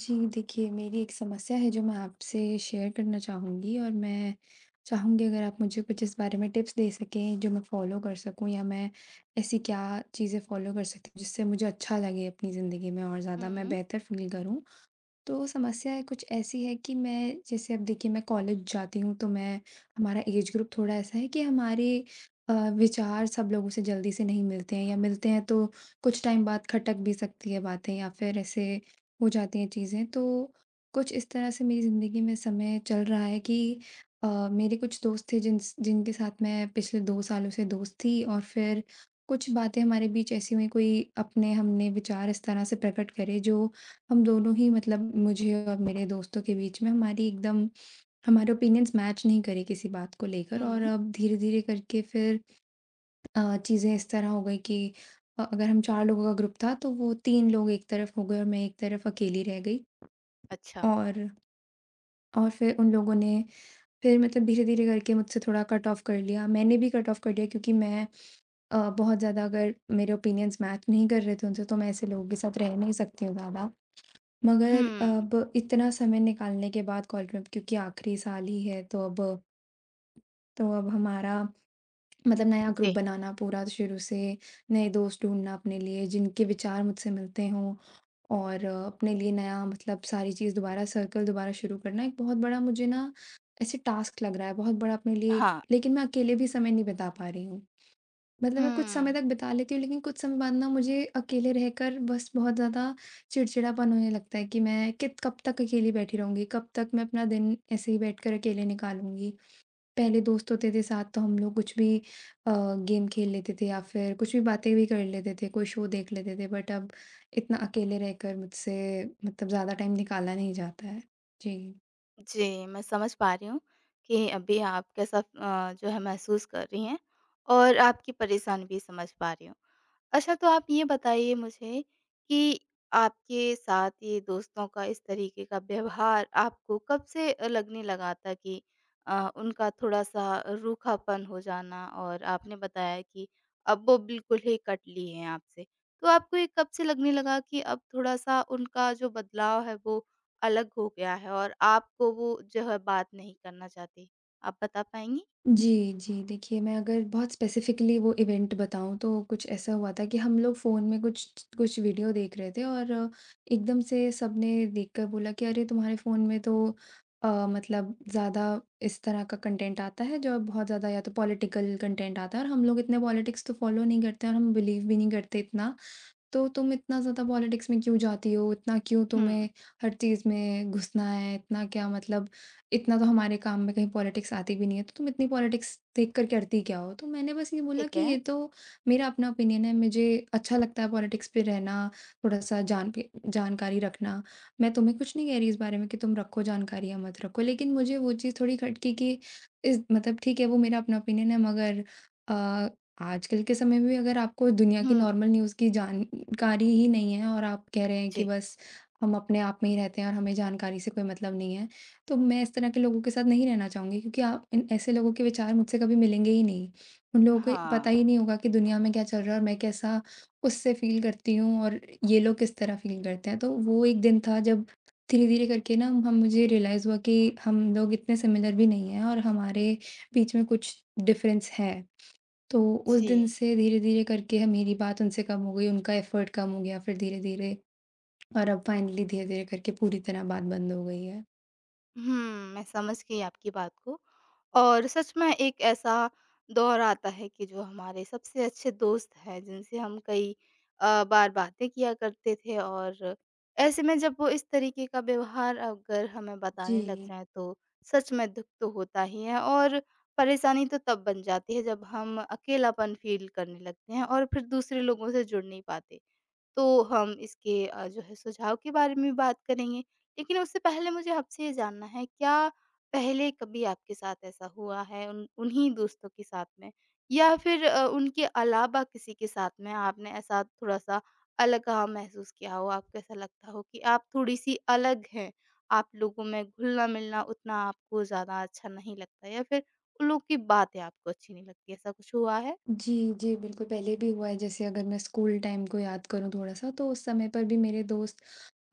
जी, देखिए, मेरी एक समस्या है जो मैं आपसे शेयर करना चाहूँगी, और मैं चाहूँगी अगर आप मुझे कुछ इस बारे में टिप्स दे सकें जो मैं फ़ॉलो कर सकूँ, या मैं ऐसी क्या चीज़ें फ़ॉलो कर सकती हूँ जिससे मुझे अच्छा लगे अपनी ज़िंदगी में, और ज़्यादा मैं हुँ, बेहतर फ़ील करूँ। तो समस्या कुछ ऐसी है कि मैं, जैसे, अब देखिए, मैं कॉलेज जाती हूँ तो मैं, हमारा एज ग्रुप थोड़ा ऐसा है कि हमारे विचार सब लोगों से जल्दी से नहीं मिलते हैं, या मिलते हैं तो कुछ टाइम बाद खटक भी सकती है बातें, या फिर ऐसे हो जाती हैं चीज़ें। तो कुछ इस तरह से मेरी ज़िंदगी में समय चल रहा है कि मेरे कुछ दोस्त थे जिनके साथ मैं पिछले 2 सालों से दोस्त थी, और फिर कुछ बातें हमारे बीच ऐसी हुई, कोई अपने हमने विचार इस तरह से प्रकट करे जो हम दोनों ही, मतलब मुझे और मेरे दोस्तों के बीच में, हमारी एकदम हमारे ओपिनियंस मैच नहीं करे किसी बात को लेकर। और हुँ, अब धीरे-धीरे करके फिर चीज़ें इस तरह हो गई कि अगर हम 4 लोगों का ग्रुप था, तो वो 3 लोग एक तरफ हो गए, और मैं एक तरफ अकेली रह गई। अच्छा। और और फिर उन लोगों ने, फिर मतलब धीरे-धीरे करके मुझसे थोड़ा कट ऑफ कर लिया। मैंने भी कट ऑफ कर दिया, क्योंकि मैं बहुत ज़्यादा, अगर मेरे ओपिनियंस मैच नहीं कर रहे थे उनसे, तो मैं ऐसे लोगों के साथ रह नहीं सकती हूँ ज़्यादा। मगर हुँ, अब इतना समय निकालने के बाद, कॉलेज में क्योंकि आखिरी साल ही है, तो अब हमारा, मतलब नया ग्रुप जी, बनाना पूरा शुरू से, नए दोस्त ढूँढना अपने लिए जिनके विचार मुझसे मिलते हों, और अपने लिए नया, मतलब सारी चीज़ दोबारा, सर्कल दोबारा शुरू करना, एक बहुत बड़ा मुझे ना ऐसे टास्क लग रहा है, बहुत बड़ा अपने लिए। हाँ, लेकिन मैं अकेले भी समय नहीं बिता पा रही हूँ। मतलब मैं कुछ समय हुँ, तक बिता लेती हूँ, लेकिन कुछ समय बाद ना मुझे अकेले रहकर बस बहुत ज़्यादा चिड़चिड़ापन होने लगता है कि मैं कित कब तक अकेली बैठी रहूँगी, कब तक मैं अपना दिन ऐसे ही बैठकर अकेले निकालूँगी। पहले दोस्त होते थे साथ तो हम लोग कुछ भी गेम खेल लेते थे, या फिर कुछ भी बातें भी कर लेते थे, कोई शो देख लेते थे, बट अब इतना अकेले रहकर मुझसे मतलब ज़्यादा टाइम निकाला नहीं जाता है। जी। जी, मैं समझ पा रही हूँ कि अभी आप कैसा जो है महसूस कर रही हैं और आपकी परेशानी भी समझ पा रही हूँ। अच्छा, तो आप ये बताइए मुझे कि आपके साथ ये दोस्तों का इस तरीके का व्यवहार आपको कब से लगने लगा था कि उनका थोड़ा-सा रूखापन हो जाना, और आपने बताया कि अब वो बिल्कुल ही कट लिए हैं आपसे। तो आपको ये कब से लगने लगा कि अब थोड़ा-सा उनका जो बदलाव है वो अलग हो गया है और आपको वो जो है बात नहीं करना चाहते? आप बता पाएँगी? जी, जी। देखिए, मैं अगर बहुत स्पेसिफ़िकली वो इवेंट बताऊँ तो कुछ ऐसा हुआ था कि हम लोग फ़ोन में कुछ कुछ वीडियो देख रहे थे, और एकदम से सबने देखकर बोला कि अरे! तुम्हारे फ़ोन में तो मतलब ज़्यादा इस तरह का कंटेंट आता है, जो बहुत ज़्यादा या तो पॉलिटिकल कंटेंट आता है, और हम लोग इतने पॉलिटिक्स तो फ़ॉलो नहीं करते हैं, और हम बिलीव भी नहीं करते इतना, तो तुम इतना ज़्यादा पॉलिटिक्स में क्यों जाती हो? इतना क्यों हुँ, तुम्हें हर चीज़ में घुसना है? इतना, क्या मतलब, इतना तो हमारे काम में कहीं पॉलिटिक्स आती भी नहीं है, तो तुम इतनी पॉलिटिक्स देख कर करती क्या हो? तो मैंने बस ये बोला ठीक कि है। ये तो मेरा अपना ओपिनियन है, मुझे अच्छा लगता है पॉलिटिक्स पे रहना, थोड़ा-सा जान पे जानकारी रखना। मैं तुम्हें कुछ नहीं कह रही इस बारे में कि तुम रखो जानकारी या मत रखो, लेकिन मुझे वो चीज़ थोड़ी खटकी कि, इस मतलब ठीक है वो मेरा अपना ओपिनियन है, मगर अ आजकल के समय में भी अगर आपको दुनिया की हुँ, नॉर्मल न्यूज़ की जानकारी ही नहीं है, और आप कह रहे हैं कि जी। बस हम अपने आप में ही रहते हैं और हमें जानकारी से कोई मतलब नहीं है, तो मैं इस तरह के लोगों के साथ नहीं रहना चाहूँगी, क्योंकि आप इन ऐसे लोगों के विचार मुझसे कभी मिलेंगे ही नहीं। उन लोगों को हाँ, पता ही नहीं होगा कि दुनिया में क्या चल रहा है, और मैं कैसा उससे फ़ील करती हूँ, और ये लोग किस तरह फ़ील करते हैं। तो वो एक दिन था जब धीरे-धीरे करके ना हम, मुझे रियलाइज़ हुआ कि हम लोग इतने सिमिलर भी नहीं हैं, और हमारे बीच में कुछ डिफ़रेंस है। तो उस जी। दिन से धीरे-धीरे करके है मेरी बात उनसे कम हो गई, उनका एफ़र्ट कम हो गया, फिर धीरे-धीरे, और अब फाइनली धीरे-धीरे करके पूरी तरह बात बंद हो गई है। हुँ, मैं समझ गई आपकी बात को, और सच में एक ऐसा दौर आता है कि जो हमारे सबसे अच्छे दोस्त हैं, जिनसे हम कई बार बातें किया करते थे, और ऐसे में जब वो इस तरीके का व्यवहार अगर हमें जी। बताने लग जाएँ, तो सच में दुःख तो होता ही है, और परेशानी तो तब बन जाती है जब हम अकेलापन फ़ील करने लगते हैं और फिर दूसरे लोगों से जुड़ नहीं पाते। तो हम इसके जो है सुझाव के बारे में बात करेंगे। लेकिन उससे पहले मुझे आपसे ये जानना है, क्या पहले कभी आपके साथ ऐसा हुआ है उन उन्हीं दोस्तों के साथ में? या फिर उनके अलावा किसी के साथ में आपने ऐसा थोड़ा-सा अलगाव महसूस किया हो? आपको ऐसा लगता हो कि आप थोड़ी-सी अलग हैं, आप लोगों में घुलना-मिलना उतना आपको ज़्यादा अच्छा नहीं लगता, या फिर उन लोग की बातें आपको अच्छी नहीं लगती, ऐसा कुछ हुआ है? जी, जी, बिल्कुल पहले भी हुआ है। जैसे अगर मैं स्कूल टाइम को याद करूँ थोड़ा-सा, तो उस समय पर भी मेरे दोस्त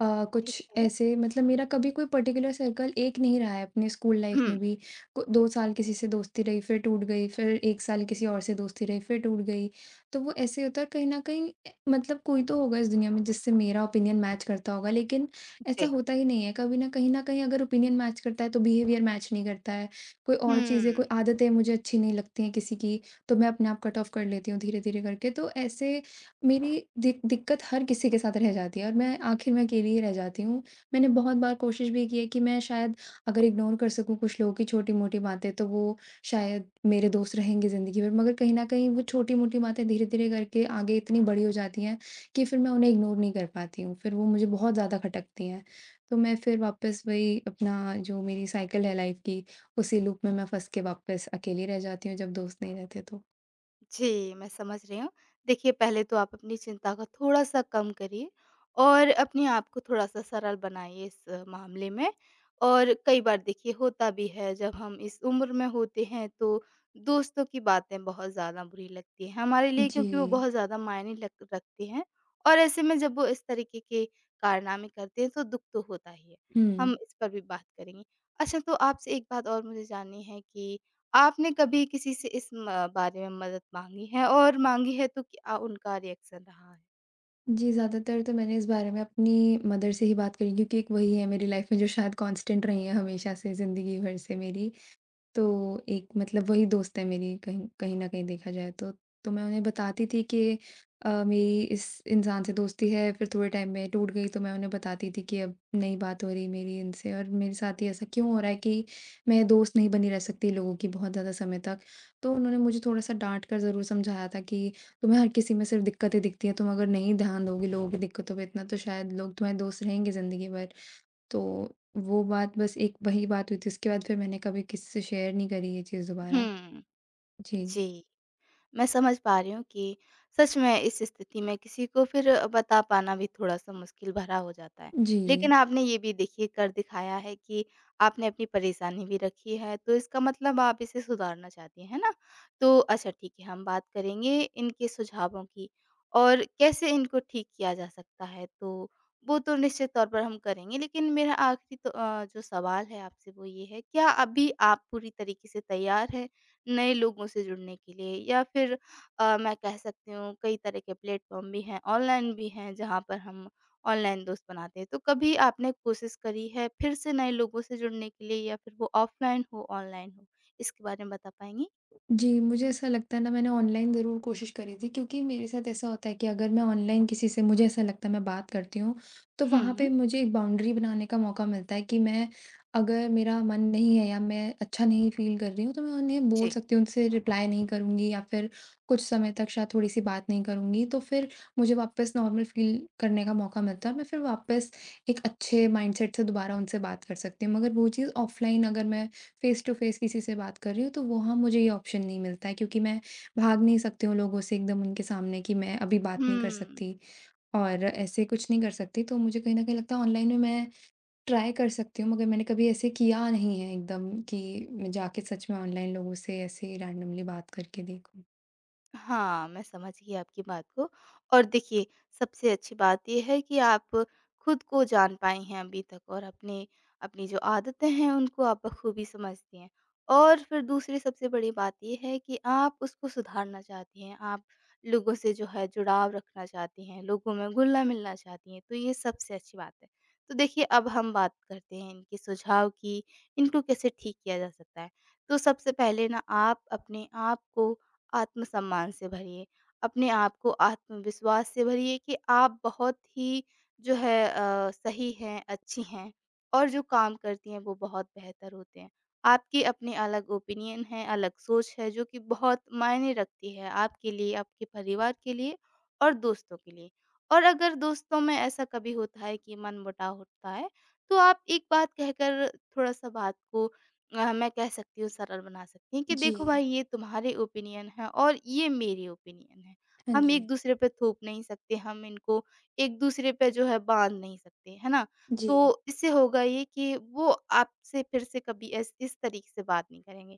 ठीक कुछ है। ऐसे, मतलब मेरा कभी कोई पर्टिकुलर सर्कल एक नहीं रहा है अपने स्कूल लाइफ हुँ। में भी। 2 साल किसी से दोस्ती रही, फिर टूट गई, फिर एक साल किसी और से दोस्ती रही, फिर टूट गई। तो वो ऐसे होता है कहीं ना कहीं, मतलब कोई तो होगा इस दुनिया में जिससे मेरा ओपिनियन मैच करता होगा, लेकिन ऐसा जी। होता ही नहीं है कभी ना, कहीं ना कहीं अगर ओपिनियन मैच करता है तो बिहेवियर मैच नहीं करता है, कोई और चीज़ें, कोई हुँ। आदतें मुझे अच्छी नहीं लगती हैं किसी की। तो मैं अपने आप कट ऑफ कर लेती हूँ धीरे धीरे करके, तो ऐसे मेरी दिक्कत हर किसी के साथ रह जाती है, और मैं आखिर में अकेली ही रह जाती हूँ। मैंने बहुत बार कोशिश भी की है कि मैं शायद, अगर इग्नोर कर सकूँ कुछ लोगों की छोटी-मोटी बातें, तो वो शायद मेरे दोस्त रहेंगे ज़िंदगी भर। मगर कहीं न कहीं वो छोटी-मोटी बातें धीरे-धीरे करके आगे इतनी बड़ी हो जाती हैं कि फिर मैं उन्हें इग्नोर नहीं कर पाती हूँ। फिर वो मुझे बहुत ज़्यादा खटकती हैं। तो मैं फिर वापस वही अपना, जो मेरी साइकिल है लाइफ़ की, उसी लूप में मैं फँस के वापस अकेली रह जाती हूँ जब दोस्त नहीं रहते तो। जी, मैं समझ रही हूँ। देखिए, पहले तो आप अपनी चिंता को थोड़ा-सा कम करिए और अपने आप को थोड़ा-सा सरल बनाइए इस मामले में। और कई बार देखिए होता भी है, जब हम इस उम्र में होते हैं तो दोस्तों की बातें बहुत ज़्यादा बुरी लगती हैं हमारे लिए, जी। क्योंकि वो बहुत ज़्यादा मायने लग रखती हैं। और ऐसे में जब वो इस तरीके के कारनामे करते हैं, तो दुःख तो होता ही है। हुँ। हम इस पर भी बात करेंगे। अच्छा, तो आपसे एक बात और मुझे जाननी है कि आपने कभी किसी से इस म बारे में मदद माँगी है, और माँगी है तो क्या उनका रिएक्शन रहा है? जी, ज़्यादातर तो मैंने इस बारे में अपनी मदर से ही बात करी, क्योंकि एक वही है मेरी लाइफ़ में जो शायद कांस्टेंट रही हैं हमेशा से ज़िंदगी भर से मेरी। तो एक मतलब वही दोस्त है मेरी, कहीं कहीं न कहीं देखा जाए तो। तो मैं उन्हें बताती थी कि मेरी इस इंसान से दोस्ती है, फिर थोड़े टाइम में टूट गई। तो मैं उन्हें बताती थी कि अब नहीं बात हो रही मेरी इनसे, और मेरे साथ ही ऐसा क्यों हो रहा है कि मैं दोस्त नहीं बनी रह सकती लोगों की बहुत ज़्यादा समय तक। तो उन्होंने मुझे थोड़ा-सा डाँट कर ज़रूर समझाया था कि तुम्हें हर किसी में सिर्फ़ दिक्कतें दिखती हैं, तुम अगर नहीं ध्यान दोगी लोगों की दिक्कतों पे इतना, तो शायद लोग तुम्हारे दोस्त रहेंगे ज़िंदगी भर। तो वो बात बस, एक वही बात हुई थी, उसके बाद फिर मैंने कभी किसी से शेयर नहीं करी ये चीज़ दोबारा। हुँ, जी। जी। मैं समझ पा रही हूँ कि सच में इस स्थिति में किसी को फिर बता पाना भी थोड़ा-सा मुश्किल भरा हो जाता है। जी। लेकिन आपने ये भी देखिए कर दिखाया है कि आपने अपनी परेशानी भी रखी है, तो इसका मतलब आप इसे सुधारना चाहती हैं, है ना? तो अच्छा ठीक है, हम बात करेंगे इनके सुझावों की और कैसे इनको ठीक किया जा सकता है, तो वो तो निश्चित तौर पर हम करेंगे। लेकिन मेरा आखिरी तो जो सवाल है आपसे वो ये है, क्या अभी आप पूरी तरीके से तैयार हैं नए लोगों से जुड़ने के लिए, या फिर मैं कह सकती हूँ, कई तरह के प्लेटफ़ॉर्म भी हैं, ऑनलाइन भी हैं जहाँ पर हम ऑनलाइन दोस्त बनाते हैं। तो कभी आपने कोशिश करी है फिर से नए लोगों से जुड़ने के लिए, या फिर वो ऑफ़लाइन हो, ऑनलाइन हो? इसके बारे में बता पाएँगी? जी, मुझे ऐसा लगता है ना, मैंने ऑनलाइन ज़रूर कोशिश करी थी, क्योंकि मेरे साथ ऐसा होता है कि अगर मैं ऑनलाइन किसी से, मुझे ऐसा लगता है मैं बात करती हूँ, तो वहाँ हुँ। पे मुझे एक बाउंड्री बनाने का मौका मिलता है कि मैं, अगर मेरा मन नहीं है या मैं अच्छा नहीं फ़ील कर रही हूँ, तो मैं उन्हें बोल जी। सकती हूँ, उनसे रिप्लाई नहीं करूँगी, या फिर कुछ समय तक शायद थोड़ी-सी बात नहीं करूँगी, तो फिर मुझे वापस नॉर्मल फ़ील करने का मौका मिलता है, और मैं फिर वापस एक अच्छे माइंडसेट से दोबारा उनसे बात कर सकती हूँ। मगर वो चीज़ ऑफ़लाइन, अगर मैं फ़ेस टू फ़ेस किसी से बात कर रही हूँ, तो वहाँ मुझे ये ऑप्शन नहीं मिलता है, क्योंकि मैं भाग नहीं सकती हूँ लोगों से एकदम उनके सामने कि मैं अभी बात नहीं कर हुँ। सकती, और ऐसे कुछ नहीं कर सकती। तो मुझे कहीं न कहीं लगता है ऑनलाइन में मैं ट्राई कर सकती हूँ, मगर मैंने कभी ऐसे किया नहीं है एकदम कि मैं जाके सच में ऑनलाइन लोगों से ऐसे रैंडमली बात करके देखूँ। हाँ, मैं समझ गई आपकी बात को। और देखिए, सबसे अच्छी बात ये है कि आप खुद को जान पाई हैं अभी तक, और अपने अपनी जो आदतें हैं, उनको आप बखूबी समझती हैं। और फिर दूसरी सबसे बड़ी बात ये है कि आप उसको सुधारना चाहती हैं, आप लोगों से जो है जुड़ाव रखना चाहती हैं, लोगों में घुलना-मिलना चाहती हैं, तो ये सबसे अच्छी बात है। तो देखिए, अब हम बात करते हैं इनके सुझाव की, इनको कैसे ठीक किया जा सकता है। तो सबसे पहले ना आप अपने आप को आत्मसम्मान से भरिए। अपने आप को आत्मविश्वास से भरिए कि आप बहुत ही जो है सही हैं, अच्छी हैं, और जो काम करती हैं वो बहुत बेहतर होते हैं। आपकी अपनी अलग ओपिनियन है, अलग सोच है, जो कि बहुत मायने रखती है आपके लिए, आपके परिवार के लिए और दोस्तों के लिए। और अगर दोस्तों में ऐसा कभी होता है कि मनमुटाव होता है, तो आप एक बात कहकर थोड़ा-सा बात को मैं कह सकती हूँ सरल बना सकती हैं कि देखो भाई, जी। ये तुम्हारे ओपिनियन है और ये मेरे ओपिनियन है। हाँ हम जी। एक-दूसरे पे थोप नहीं सकते, हम इनको एक-दूसरे पे जो है बाँध नहीं सकते, है ना? जी, तो इससे होगा ये कि वो आपसे फिर से कभी ऐस इस तरीके से बात नहीं करेंगे।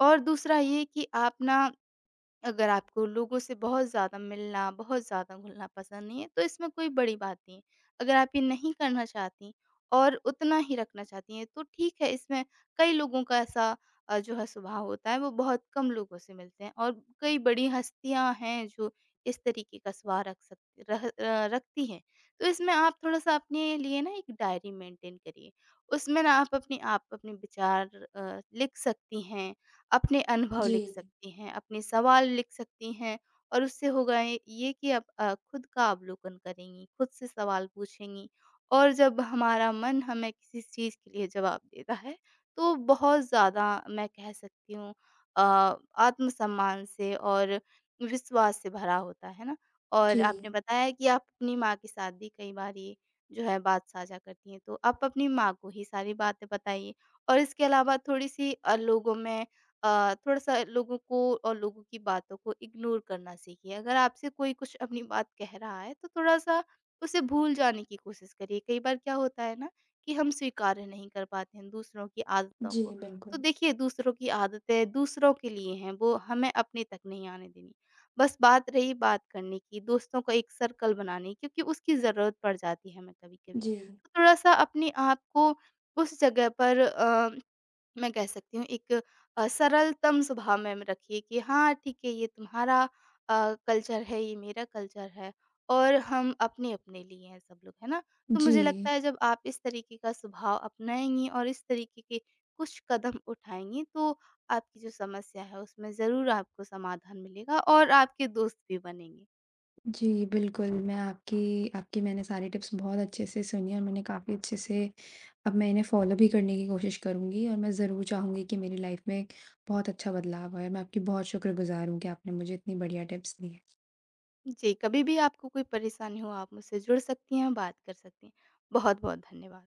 और दूसरा ये कि आप ना, अगर आपको लोगों से बहुत ज़्यादा मिलना, बहुत ज़्यादा घुलना पसंद नहीं है, तो इसमें कोई बड़ी बात नहीं है। अगर आप ये नहीं करना चाहतीं और उतना ही रखना चाहती हैं, तो ठीक है, इसमें कई लोगों का ऐसा जो है स्वभाव होता है, वो बहुत कम लोगों से मिलते हैं। और कई बड़ी हस्तियाँ हैं, जो इस तरीके का स्वभाव रख सक रह अ, रखती हैं। तो इसमें आप थोड़ा-सा अपने लिए ना एक डायरी मेंटेन करिए। उसमें ना आप अपने विचार लिख सकती हैं, अपने अनुभव जी, लिख सकती हैं, अपने सवाल लिख सकती हैं, और उससे होगा ये कि आप खुद का अवलोकन करेंगी, खुद से सवाल पूछेंगी। और जब हमारा मन हमें किसी चीज़ के लिए जवाब देता है, तो बहुत ज़्यादा मैं कह सकती हूँ अ, आत्मसम्मान से और विश्वास से भरा होता है ना? और जी, आपने बताया कि आप अपनी माँ के साथ भी कई बार ये जो है बात साझा करती हैं, तो आप अपनी माँ को ही सारी बातें बताइए। और इसके अलावा थोड़ी-सी लोगों में थोड़ा-सा लोगों को और लोगों की बातों को इग्नोर करना सीखिए। अगर आपसे कोई कुछ अपनी बात कह रहा है, तो थोड़ा-सा उसे भूल जाने की कोशिश करिए। कई बार क्या होता है ना, कि हम स्वीकार्य नहीं कर पाते हैं दूसरों की आदतों जी, को। तो बिल्कुल। देखिए, दूसरों की आदतें दूसरों के लिए हैं, वो हमें अपने तक नहीं आने देनी। बस बात रही बात करने की, दोस्तों का एक सर्कल बनाने की, क्योंकि उसकी ज़रूरत पड़ जाती है हमें कभी-कभी। जी। तो थोड़ा-सा अपने आप को उस जगह पर मैं कह सकती हूँ एक सरलतम स्वभाव में रखिए कि हाँ ठीक है, ये तुम्हारा कल्चर है, ये मेरा कल्चर है, और हम अपने अपने लिए हैं सब लोग, है ना? तो मुझे लगता जी। है जब आप इस तरीके का स्वभाव अपनाएंगी और इस तरीके के कुछ कदम उठाएंगी, तो आपकी जो समस्या है उसमें ज़रूर आपको समाधान मिलेगा और आपके दोस्त भी बनेंगे। जी, बिल्कुल, मैं आपकी आपकी मैंने सारी टिप्स बहुत अच्छे से सुनी, और मैंने काफ़ी अच्छे से, अब मैं इन्हें फ़ॉलो भी करने की कोशिश करूँगी, और मैं ज़रूर चाहूँगी कि मेरी लाइफ़ में एक बहुत अच्छा बदलाव आए, और मैं आपकी बहुत शुक्रगुज़ार हूँ कि आपने मुझे इतनी बढ़िया टिप्स दी। जी, कभी भी आपको कोई परेशानी हो आप मुझसे जुड़ सकती हैं, बात कर सकती हैं। बहुत बहुत धन्यवाद।